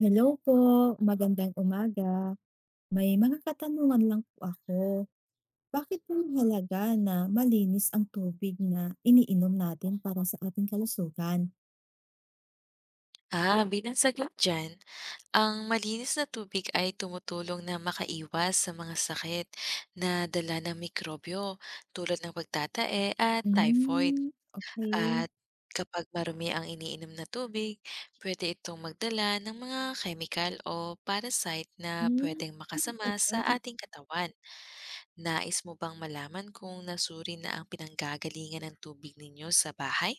Hello po, magandang umaga. May mga katanungan lang po ako. Bakit po mahalaga na malinis ang tubig na iniinom natin para sa ating kalusugan? Bilang sagot dyan, ang malinis na tubig ay tumutulong na makaiwas sa mga sakit na dala ng mikrobyo tulad ng pagtatae at typhoid. Hmm, okay. At kapag marumi ang iniinom na tubig, pwede itong magdala ng mga chemical o parasite na Hmm, pwedeng makasama Ganun sa pala. ating katawan. Nais mo bang malaman kung nasuri na ang pinanggagalingan ng tubig ninyo sa bahay?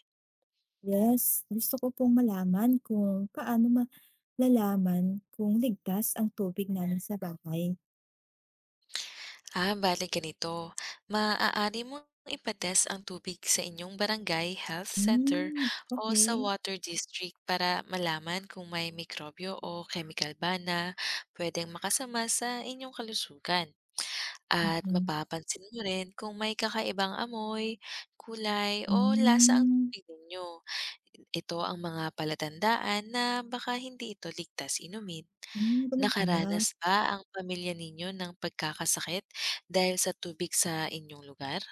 Yes, gusto ko pong malaman kung paano malalaman kung ligtas ang tubig namin sa bahay. Bale ganito. Maaari mong ipatest ang tubig sa inyong barangay health center Hmm, o sa okey. water district para malaman kung may mikrobyo o chemical ba na pwedeng makasama sa inyong kalusugan. At Mm. mapapansin mo rin kung may kakaibang amoy, kulay o lasa ang Hmm, tubig ninyo. Ito ang mga palatandaan na baka hindi ito ligtas inumin. Ganun pala. Nakaranas ba ang pamilya ninyo ng pagkakasakit dahil sa tubig sa inyong lugar?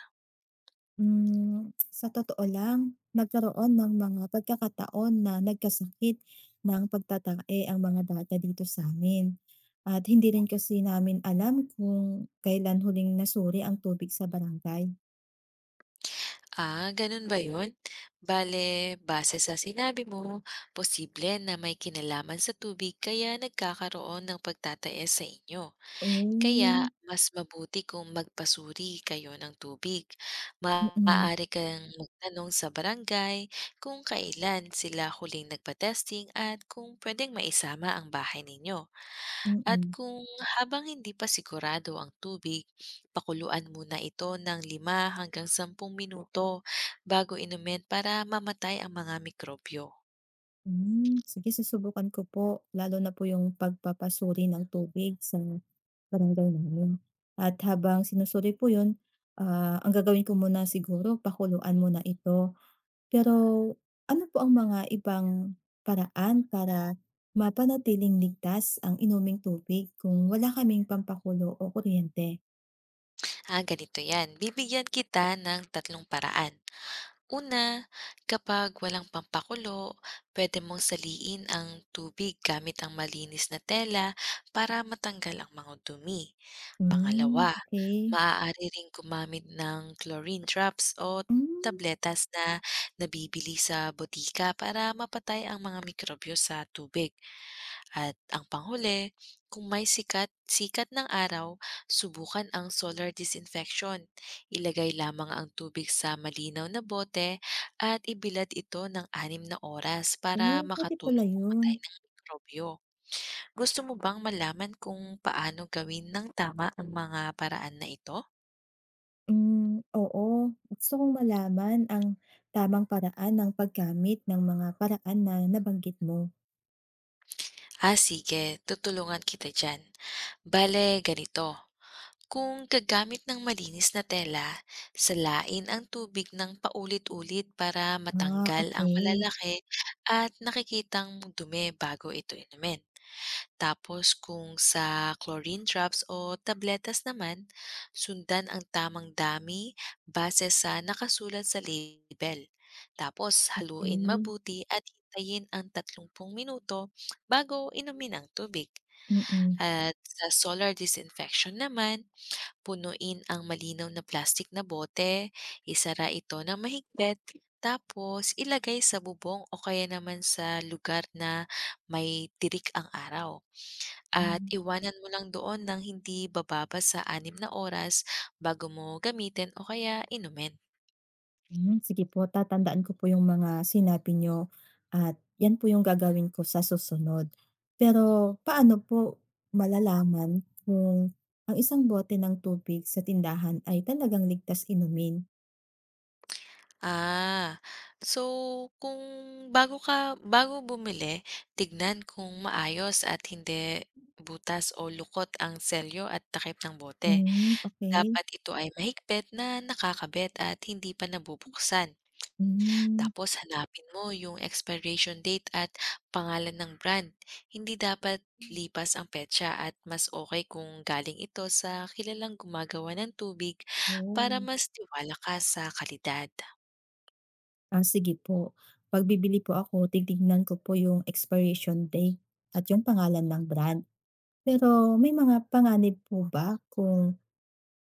Sa totoo lang, nagkaroon ng mga pagkakataon na nagkasakit ng pagtatae ang mga bata dito sa sa'min at hindi rin kasi namin alam kung kailan huling nasuri ang tubig sa barangay. Ganun ba yun? Bale, base sa sinabi mo, posible na may kinalaman sa tubig kaya nagkakaroon ng pagtataas sa inyo. Kaya, Oh. mas mabuti kung magpasuri kayo ng tubig. Mm. Maaari kang magtanong sa barangay kung kailan sila huling nagpa-testing at kung pwedeng maisama ang bahay ninyo. At Mm. kung habang hindi pa sigurado ang tubig, pakuluan muna ito ng 5 hanggang 10 minuto bago inumin para mamatay ang mga mikrobyo. Sige, susubukan ko po, lalo na po yung pagpapasuri ng tubig sa barangay namin, at habang sinusuri po yun, ah, ang gagawin ko muna siguro pakuluan muna ito. Pero ano po ang mga ibang paraan para mapanatiling ligtas ang inuming tubig kung wala kaming pampakulo o kuryente? Ganito yan. Bibigyan kita ng 3 paraan. Una, kapag walang pampakulo, pwede mong saliin ang tubig gamit ang malinis na tela para matanggal ang mga dumi. Hmm, Pangalawa, okay. maaari ring gumamit ng chlorine drops o Hmm, tabletas na nabibili sa botika para mapatay ang mga mikrobyo sa tubig. At ang panghuli, kung may sikat ng araw, subukan ang solar disinfection. Ilagay lamang ang tubig sa malinaw na bote at ibilad ito ng 6 na oras para oh, puwede pala makatulong yun. pumatay ng mikrobyo. Gusto mo bang malaman kung paano gawin ng tama ang mga paraan na ito? Hmm, oo. Gusto kong malaman ang tamang paraan ng paggamit ng mga paraan na nabanggit mo. Sige. Tutulungan kita dyan. Bale, ganito. Kung gagamit ng malinis na tela, salain ang tubig ng paulit-ulit para Ah, matanggal ang okay, malalaki at nakikitang dumi bago ito inumin. Tapos kung sa chlorine drops o tabletas naman, sundan ang tamang dami base sa nakasulat sa label. Tapos haluin okay. mabuti at hintayin ang 30 minuto bago inumin ang tubig. Mm. At sa solar disinfection naman, punuin ang malinaw na plastic na bote, isara ito ng mahigpit, tapos ilagay sa bubong o kaya naman sa lugar na may tirik ang araw. At Hmm. iwanan mo lang doon ng hindi bababa sa 6 na oras bago mo gamitin o kaya inumin. Sige po, tatandaan ko po yung mga sinabi niyo at yan po yung gagawin ko sa susunod. Pero paano po malalaman kung ang isang bote ng tubig sa tindahan ay talagang ligtas inumin? Ah, so kung bago ka bumili, tignan kung maayos at hindi butas o lukot ang selyo at takip ng bote. Hmm, okey. Dapat ito ay mahigpit na nakakabit at hindi pa nabubuksan. Hmm, Tapos hanapin mo yung expiration date at pangalan ng brand. Hindi dapat lipas ang petsa at mas okay kung galing ito sa kilalang gumagawa ng tubig para Yun. mas tiwala ka sa kalidad. Ah, sige po. 'Pag bibili po ako, titignan ko po yung expiration date at yung pangalan ng brand. Pero may mga panganib po ba kung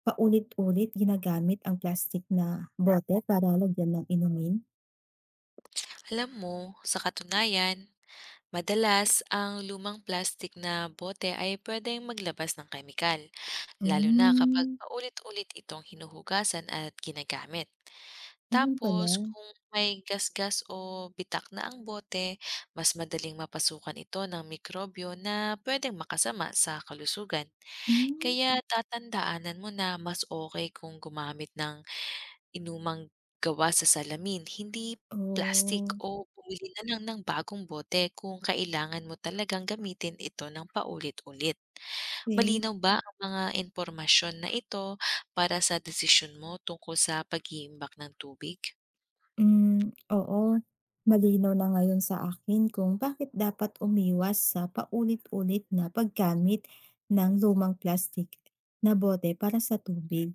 paulit-ulit ginagamit ang plastik na bote para lagyan ng inumin? Alam mo, sa katunayan, madalas ang lumang plastik na bote ay pwedeng maglabas ng kemikal, lalo na kapag Hmm, paulit-ulit itong hinuhugasan at ginagamit. Ganun pala. Tapos, kung may gasgas o bitak na ang bote, mas madaling mapasukan ito ng mikrobyo na pwedeng makasama sa kalusugan. Hmm, Kaya tatandaanan mo na mas okay kung gumamit ng inumang gawa sa salamin, hindi plastic okey. o bumili na lang ng bagong bote kung kailangan mo talagang gamitin ito ng paulit-ulit. Malinaw ba ang mga impormasyon na ito para sa desisyon mo tungkol sa pag-iimbak ng tubig? Hmm, oo, malinaw na ngayon sa akin kung bakit dapat umiwas sa paulit-ulit na paggamit ng lumang plastik na bote para sa tubig.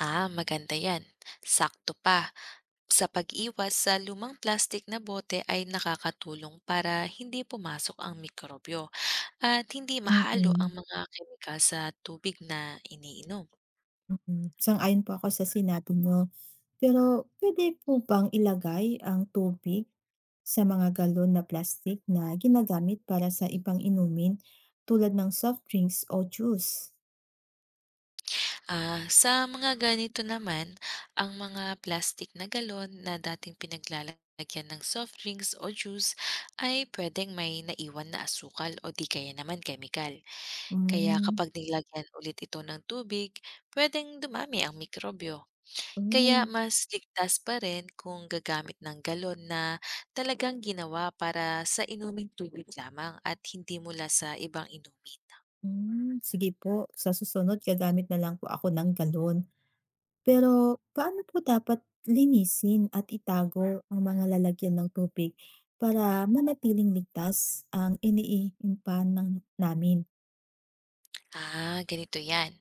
Maganda yan. Sakto pa. Sa pag-iwas sa lumang plastic na bote ay nakakatulong para hindi pumasok ang mikrobyo at hindi mahalo Mm, ang mga kemikal sa tubig na iniinom. Sang-ayon po ako sa sinabi niyo. Pero pwede po bang ilagay ang tubig sa mga galon na plastik na ginagamit para sa ibang inumin tulad ng soft drinks o juice? Sa mga ganito naman, ang mga plastic na galon na dating pinaglalagyan ng soft drinks o juice ay pwedeng may naiwan na asukal o di kaya naman kemikal. Kaya Hmm, kapag nilagyan ulit ito ng tubig, pwedeng dumami ang mikrobyo. Kaya oh. mas ligtas pa rin kung gagamit ng galon na talagang ginawa para sa inuming tubig lamang at hindi mula sa ibang inumin. Sige po, sa susunod gagamit na lang po ako ng galon. Pero paano po dapat linisin at itago ang mga lalagyan ng tubig para manatiling ligtas ang iniiimpan ng namin? Ganito yan.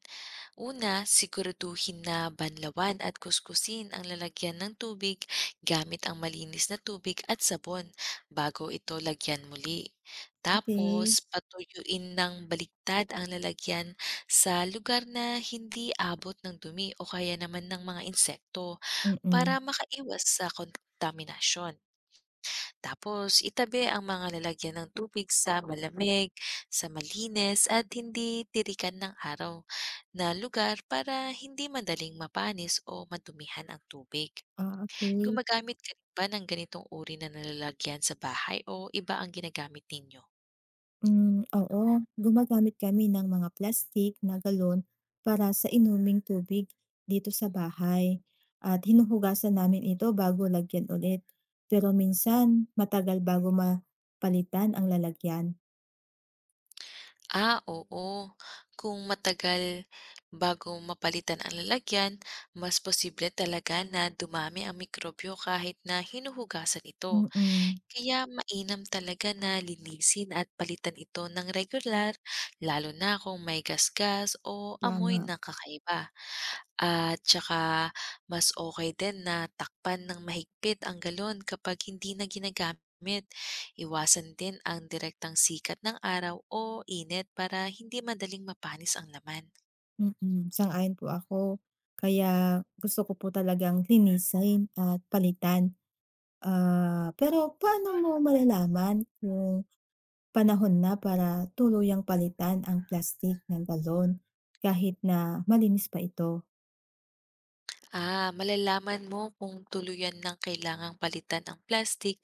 Una, siguraduhin na banlawan at kuskusin ang lalagyan ng tubig gamit ang malinis na tubig at sabon bago ito lagyan muli. Tapos, Okay. patuyuin ng baliktad ang lalagyan sa lugar na hindi abot ng dumi o kaya naman ng mga insekto para Mm. makaiwas sa kontaminasyon. Tapos itabi ang mga lalagyan ng tubig sa malamig, sa malinis at hindi tirikan ng araw na lugar para hindi madaling mapanis o madumihan ang tubig. Ah, okey. Gumagamit ka rin ba ng ganitong uri na nalalagyan sa bahay o iba ang ginagamit ninyo? Hmm, oo, gumagamit kami ng mga plastik na galon para sa inuming tubig dito sa bahay, at hinuhugasan namin ito bago lagyan ulit. Pero minsan matagal bago mapalitan ang lalagyan. Oo. Kung matagal bago mapalitan ang lalagyan, mas posible talaga na dumami ang mikrobyo kahit na hinuhugasan ito. Mm. Mm. Kaya mainam talaga na linisin at palitan ito ng regular, lalo na kung may gasgas o amoy Tama. na kakaiba. At saka mas okay din na takpan ng mahigpit ang galon kapag hindi na ginagamit. Iwasan din ang direktang sikat ng araw o init para hindi madaling mapanis ang laman. Sang-ayon po ako. Kaya gusto ko po talagang linisin at palitan. Ah, pero paano mo malalaman kung panahon na para tuluyang palitan ang plastik ng galon kahit na malinis pa ito. Malalaman mo kung tuluyan ng kailangang palitan ang plastic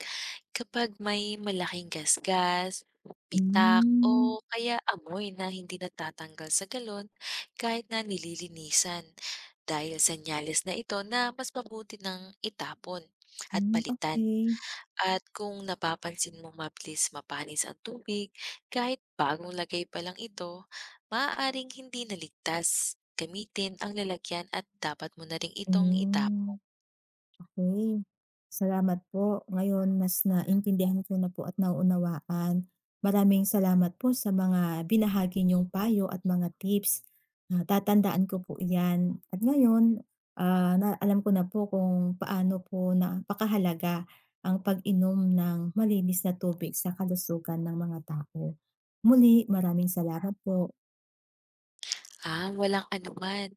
kapag may malaking gasgas, pitak, Hmm. o kaya amoy na hindi natatanggal sa galon kahit na nililinisan. Dahil sa nyales na ito na mas mabuti ng itapon at Hmm, palitan. okey. At kung napapansin mong mabilis mapanis ang tubig, kahit bagong lagay pa lang ito, maaaring hindi naligtas. Gamitin ang lalagyan at dapat mo na rin itong itapon. Hmm. Okay. Salamat po. Ngayon mas naintindihan ko na po at nauunawaan. Maraming salamat po sa mga binahagi niyong payo at mga tips. Ah, tatandaan ko po 'yan, at ngayon, ah, na alam ko na po kung paano po napakahalaga ang pag-inom ng malinis na tubig sa kalusugan ng mga tao. Muli, maraming salamat po. Walang anuman.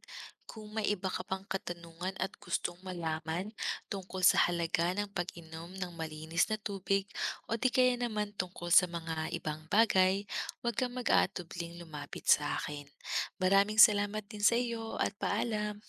Kung may iba ka pang katanungan at gustong malaman tungkol sa halaga ng pag-inom ng malinis na tubig o di kaya naman tungkol sa mga ibang bagay, huwag kang mag-aatubling lumapit sa akin. Maraming salamat din sa iyo at paalam.